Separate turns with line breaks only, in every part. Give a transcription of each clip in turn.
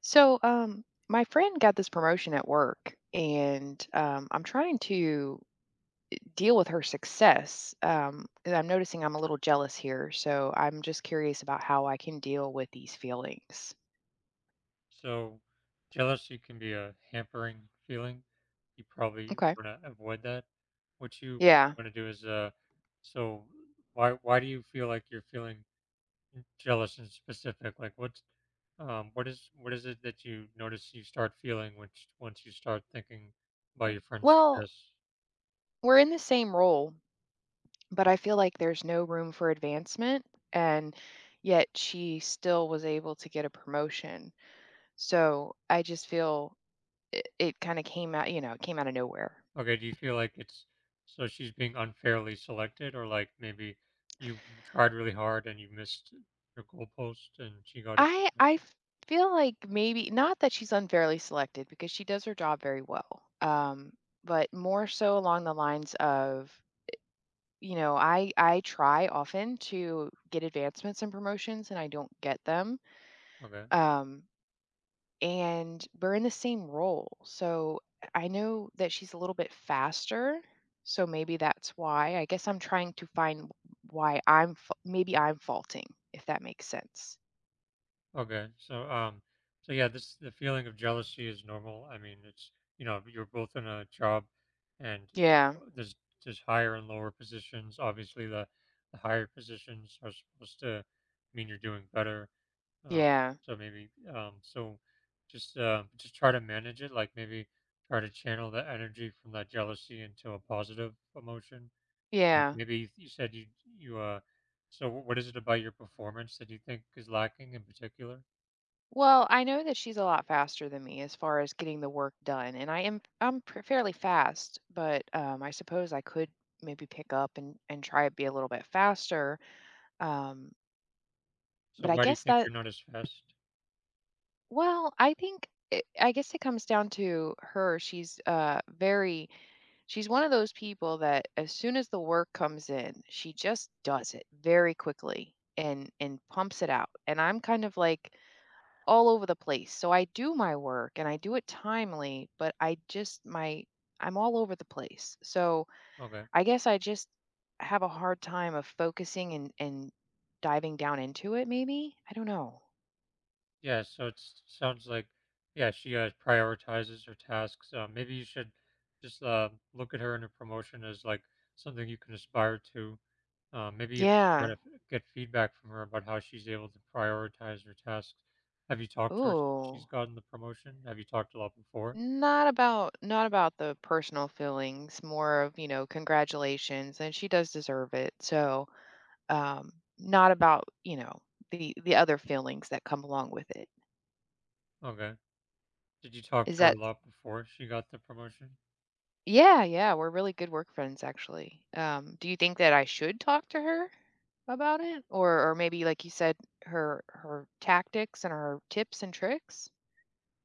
So, my friend got this promotion at work, and I'm trying to deal with her success. And I'm noticing I'm a little jealous here, so I'm just curious about how I can deal with these feelings.
So jealousy can be a hampering feeling. You probably
Okay.
want to avoid that. What you
Yeah.
want to do is, so why do you feel like you're feeling jealous in specific? Like what is it that you notice you start feeling once you start thinking about
W-
your friend's
Well,
success?
we're in the same role, but I feel like there's no room for advancement, and yet she still was able to get a promotion. So I just feel it kind of came out, it came out of nowhere.
Okay, do you feel like it's so she's being unfairly selected, or like maybe you tried really hard and you missed your goalpost and she got it?
I feel like maybe not that she's unfairly selected because she does her job very well. But more so along the lines of, I try often to get advancements and promotions and I don't get them.
Okay.
Um, and we're in the same role. So I know that she's a little bit faster. So maybe that's why. I guess I'm trying to find why maybe I'm faulting, if that makes sense.
Okay. So yeah, this the feeling of jealousy is normal. I mean, it's you're both in a job, and you
Yeah.
know, there's higher and lower positions. Obviously, the higher positions are supposed to mean you're doing better. Um,
Yeah.
so maybe so just try to manage it. Like maybe try to channel that energy from that jealousy into a positive emotion. Like
Yeah.
maybe you said you you. So what is it about your performance that you think is lacking in particular?
Well, I know that she's a lot faster than me as far as getting the work done, and I'm fairly fast, but I suppose I could maybe pick up and try to be a little bit faster. Um,
So
but I
why do you
guess
think
that,
you're not as fast?
well, I think I guess it comes down to her. She's one of those people that as soon as the work comes in, she just does it very quickly and pumps it out. And I'm kind of like all over the place. So I do my work and I do it timely, but I just my I'm all over the place. So
Okay.
I guess I just have a hard time of focusing and diving down into it maybe. I don't know.
Yeah, so it sounds like yeah, she prioritizes her tasks. Maybe you should just look at her and her promotion as like something you can aspire to. Maybe even try to
Yeah.
get feedback from her about how she's able to prioritize her tasks. Have you talked to her since she's
Ooh.
gotten the promotion? Have you talked a lot before?
Not about the personal feelings, more of, congratulations and she does deserve it. So, not about, the other feelings that come along with it.
Okay. Did you talk
Is
to her
that
a lot before she got the promotion?
Yeah, yeah, we're really good work friends actually. Do you think that I should talk to her about it? Or maybe like you said, her tactics and her tips and tricks?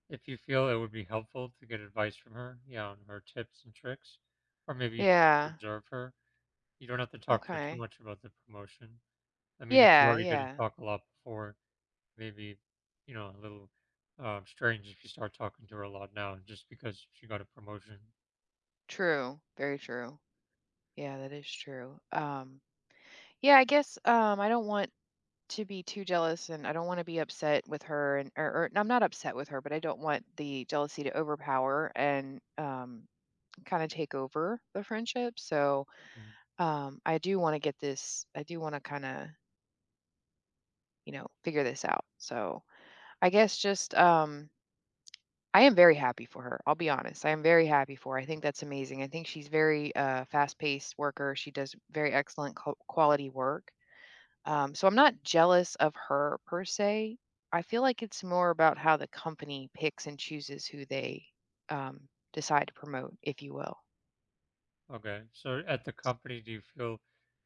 If you feel it would be helpful to get advice from her, yeah, on her tips and tricks, or maybe you can
Yeah.
observe her. You don't have to talk to her too
Okay.
much about the promotion. I mean, if you
Yeah,
already didn't
yeah.
talk a lot before, maybe, you know, a little strange if you start talking to her a lot now just because she got a promotion.
True. Very true. Yeah, that is true. Yeah, I guess I don't want to be too jealous and I don't want to be upset with her or I'm not upset with her, but I don't want the jealousy to overpower and kind of take over the friendship. So I do want to get this, I do want to kind of, figure this out. So I guess just, I am very happy for her. I'll be honest. I am very happy for her. I think that's amazing. I think she's very fast paced worker. She does very excellent quality work. So I'm not jealous of her per se. I feel like it's more about how the company picks and chooses who they um, decide to promote, if you will.
Okay. So at the company, do you feel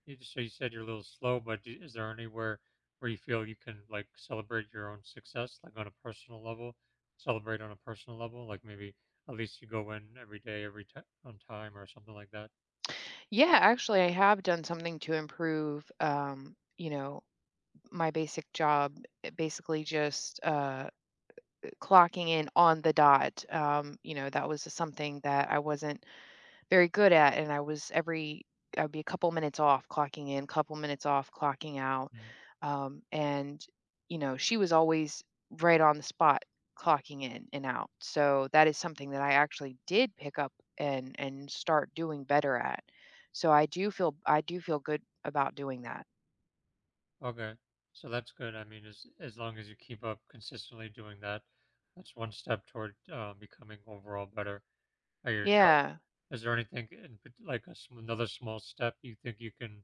you said you're a little slow, but is there anywhere where you feel you can like celebrate your own success, like on a personal level, celebrate on a personal level, like maybe at least you go in every day, every ti on time or something like that?
Yeah, actually, I have done something to improve, my basic job, basically just clocking in on the dot. You know, that was something that I wasn't very good at, and I was every I'd be a couple minutes off clocking in, couple minutes off clocking out.
Mm.
And you know, she was always right on the spot clocking in and out. So that is something that I actually did pick up and start doing better at. So I do feel good about doing that.
Okay. So that's good. I mean, as long as you keep up consistently doing that, that's one step toward becoming overall better at your job.
Yeah.
Is there anything in, pat- like a, sm- another small step you think you can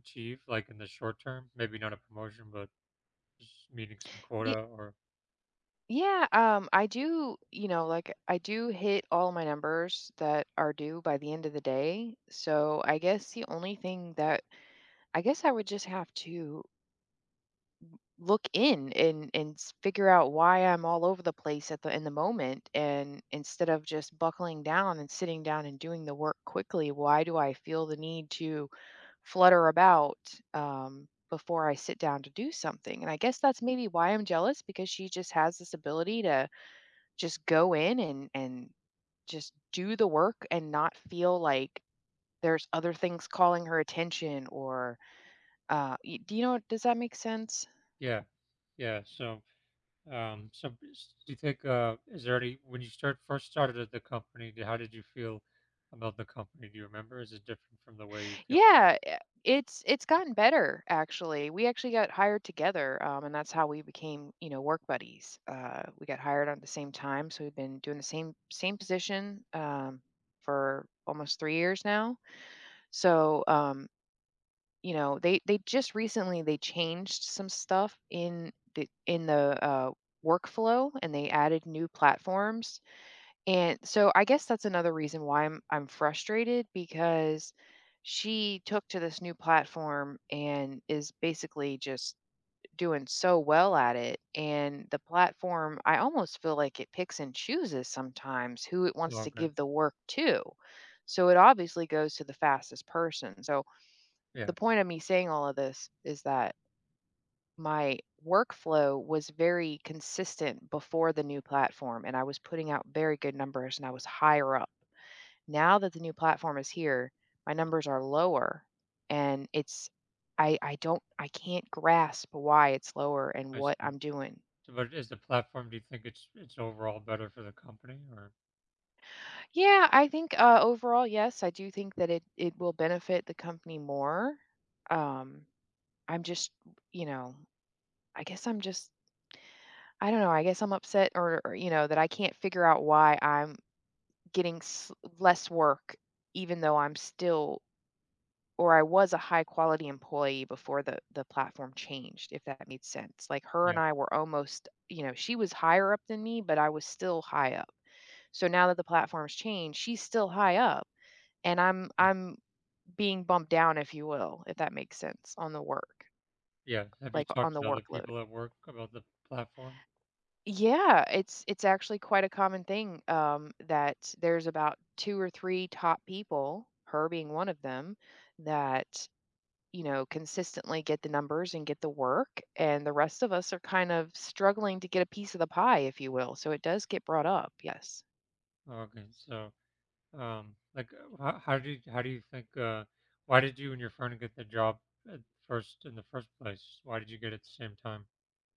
achieve, like, in the short term, maybe not a promotion, but just meeting some quota or
Yeah, I do, like I do hit all my numbers that are due by the end of the day. So I guess the only thing that I would just have to look in and figure out why I'm all over the place at the in the moment, and instead of just buckling down and sitting down and doing the work quickly, why do I feel the need to flutter about before I sit down to do something? And I guess that's maybe why I'm jealous because she just has this ability to just go in and just do the work and not feel like there's other things calling her attention or do you know, does that make sense?
yeah, yeah. So do you think is there any when you start first started at the company, how did you feel about the company? Do you remember? Is it different from the way you feel
Yeah, it's gotten better. Actually, we actually got hired together, and that's how we became, you know, work buddies. We got hired at the same time, so we've been doing the same position for almost 3 years now, so you know, they just recently they changed some stuff in the in the workflow, and they added new platforms. And so I guess that's another reason why I'm frustrated, because she took to this new platform and is basically just doing so well at it. And the platform, I almost feel like it picks and chooses sometimes who it wants to
longer?
give the work to, so it obviously goes to the fastest person. So the
Yeah,
point of me saying all of this is that my workflow was very consistent before the new platform, and I was putting out very good numbers and I was higher up. Now that the new platform is here, my numbers are lower, and it's I don't, I can't grasp why it's lower and
I
what
see.
I'm doing.
So, but is the platform? Do you think it's overall better for the company or
Yeah, I think overall yes, I do think that it will benefit the company more. Um I'm just, you know, I guess I'm just, I don't know, I guess I'm upset, or that I can't figure out why I'm getting less work, even though I'm still, or I was, a high quality employee before the platform changed, if that made sense. Like, her
yeah,
and I were almost, she was higher up than me, but I was still high up. So now that the platform's changed, she's still high up and I'm
mm,
I'm being bumped down, if you will, if that makes sense, on the work,
yeah? Have you
like on
talked
the
to other
workload.
people at work about the platform?
Yeah, it's actually quite a common thing, that there's about two or three top people, her being one of them, that consistently get the numbers and get the work, and the rest of us are kind of struggling to get a piece of the pie, if you will. So it does get brought up. Yes.
Okay, so. How, how do you think? Why did you and your friend get the job at first in the first place? Why did you get it at the same time?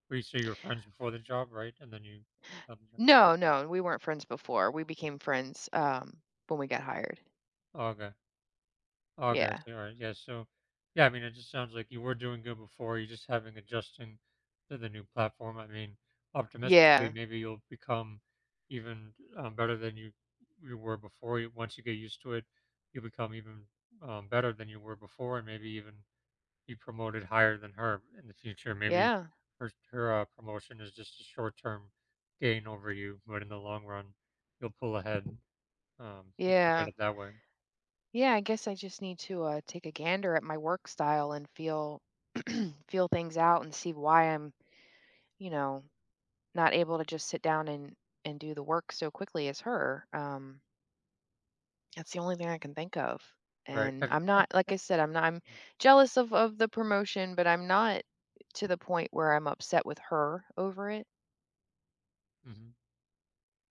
Well, you say you were friends before the job, right? And then you got the job.
No, no, we weren't friends before. We became friends when we got hired.
Oh, okay. Oh, okay. I
Yeah.
see. All right. Yeah. So, yeah. I mean, it just sounds like you were doing good before. You just having adjusting to the new platform. I mean, optimistically,
Yeah.
maybe you'll become even better than you were before. Once you get used to it, you become even better than you were before, and maybe even be promoted higher than her in the future. Maybe
Yeah.
her promotion is just a short term gain over you, but in the long run, you'll pull ahead. You can look at
Yeah.
it that way,
Yeah, I guess I just need to take a gander at my work style and feel things out and see why I'm, you know, not able to just sit down and do the work so quickly as her. That's the only thing I can think of.
right?
And
Have you,
I'm not, like I said, I'm not, I'm jealous of the promotion, but I'm not to the point where I'm upset with her over it.
hmm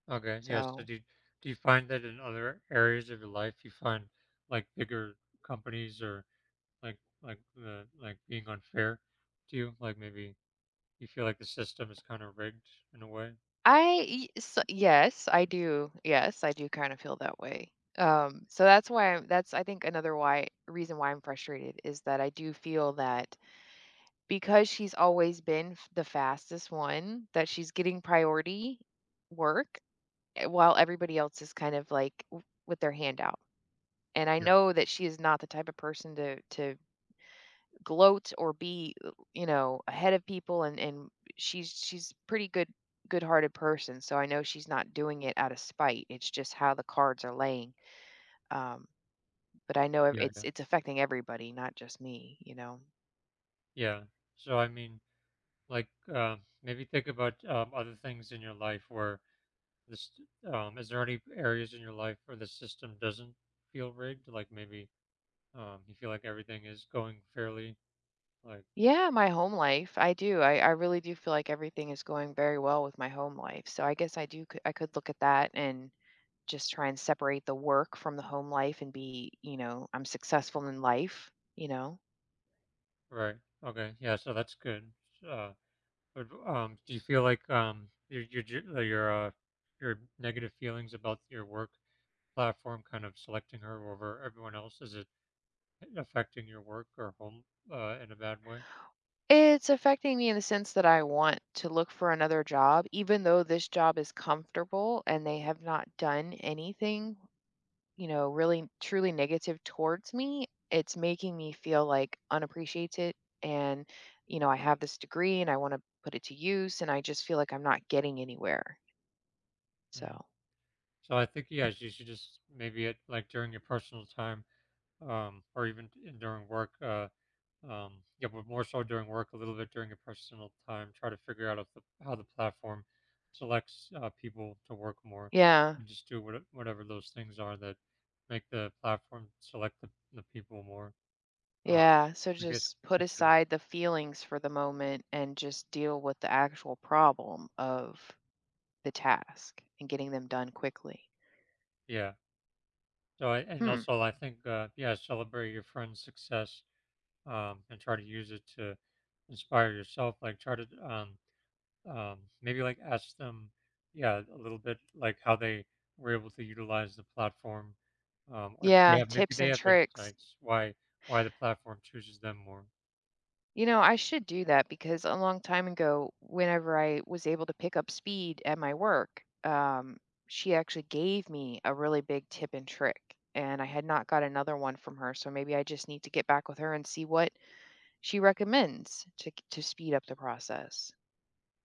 Okay. Yes. So
So
do you find that in other areas of your life you find like bigger companies or like being unfair to you? Like maybe you feel like the system is kind of rigged in a way.
I, so, yes, I do. Yes, I do kind of feel that way. So that's why I'm, that's, I think, another why reason why I'm frustrated, is that I do feel that. Because she's always been f the fastest one, that she's getting priority work, while everybody else is kind of, like, w with their hand out. And I
Yeah.
know that she is not the type of person to gloat or be, ahead of people, and she's pretty good-hearted person, so I know she's not doing it out of spite. It's just how the cards are laying, um, but I know it
Yeah.
it's
Yeah.
it's affecting everybody, not just me, you know?
Yeah. So I mean, like, uh, maybe think about other things in your life where this, is there any areas in your life where the system doesn't feel rigged? Like maybe you feel like everything is going fairly, like,
Yeah, my home life. I do. I really do feel like everything is going very well with my home life. So I guess I do I could look at that and just try and separate the work from the home life and be, I'm successful in life, you know.
right. Okay. Yeah. So that's good. Uh, but do you feel like your negative feelings about your work platform kind of selecting her over everyone else? Is it affecting your work or home in a bad way?
It's affecting me in the sense that I want to look for another job, even though this job is comfortable and they have not done anything, really truly negative towards me. It's making me feel like unappreciated. And, I have this degree and I want to put it to use, and I just feel like I'm not getting anywhere.
Mm-hmm.
So,
So I think yeah, you should just maybe at like during your personal time, or even during work, yeah, but more so during work, a little bit during your personal time, try to figure out if the, how the platform selects people to work more,
yeah.
and just do whatever those things are that make the platform select the people more. Uh,
Yeah. So
I guess
just put
consider
aside the feelings for the moment and just deal with the actual problem of the task and getting them done quickly.
yeah. So and
Hmm.
also I think yeah, celebrate your friend's success and try to use it to inspire yourself. Like try to maybe like ask them, yeah, a little bit like how they were able to utilize the platform, or if they
Yeah.
have maybe
Tips
they
and
have
tricks.
insights why the platform chooses them more.
I should do that, because a long time ago, whenever I was able to pick up speed at my work, she actually gave me a really big tip and trick. And I had not got another one from her. So maybe I just need to get back with her and see what she recommends to, speed up the process.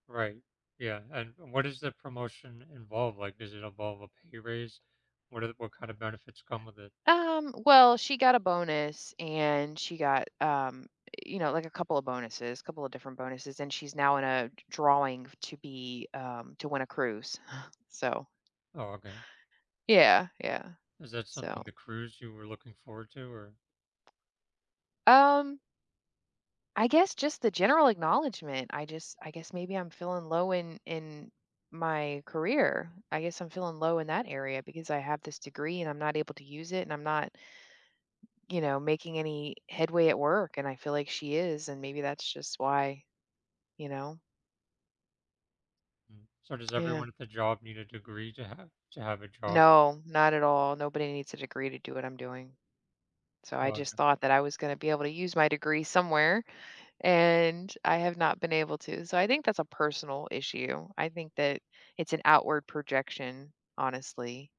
Right. Yeah. And what does the promotion involve? Like, does it involve a pay raise? What are what kind of benefits come with it?
Well, she got a bonus, and she got, you know, like a couple of bonuses, couple of different bonuses. And she's now in a drawing to be, to win a cruise. So
Oh, okay.
yeah, yeah.
Is that something the
So,
crews you were looking forward to, or
um, I guess just the general acknowledgement. I guess maybe I'm feeling low in my career. I guess I'm feeling low in that area because I have this degree and I'm not able to use it, and I'm not, making any headway at work. And I feel like she is, and maybe that's just why, you know.
mm. So does everyone
Yeah.
at the job need a degree to have a job?
No, not at all. Nobody needs a degree to do what I'm doing. So
Oh,
I just
okay.
thought that I was going to be able to use my degree somewhere, and I have not been able to. So I think that's a personal issue. I think that it's an outward projection, honestly.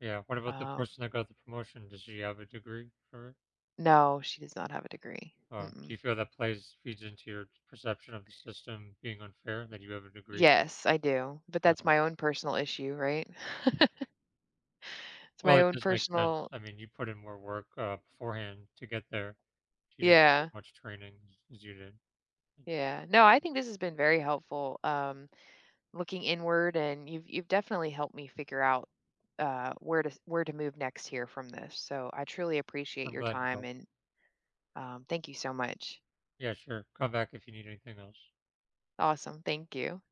Yeah. What about the
Um,
person that got the promotion? Does she have a degree for it?
no, she does not have a degree.
Do you
Mm-mm.
feel that plays feeds into your perception of the system being unfair that you haven't agreed with?
Yes, I do, but that's
Okay.
my own personal issue, right? It's
Well,
my
it
own
does make sense.
personal.
I mean, you put in more work beforehand to get there. She didn't do
Yeah,
as much training as you did.
yeah. No, I think this has been very helpful. Looking inward, and you've definitely helped me figure out where to where to move next here from this. So I truly appreciate
I'm
your
glad to
time,
help.
and thank you so much.
Yeah, sure. Come back if you need anything else.
Awesome. Thank you.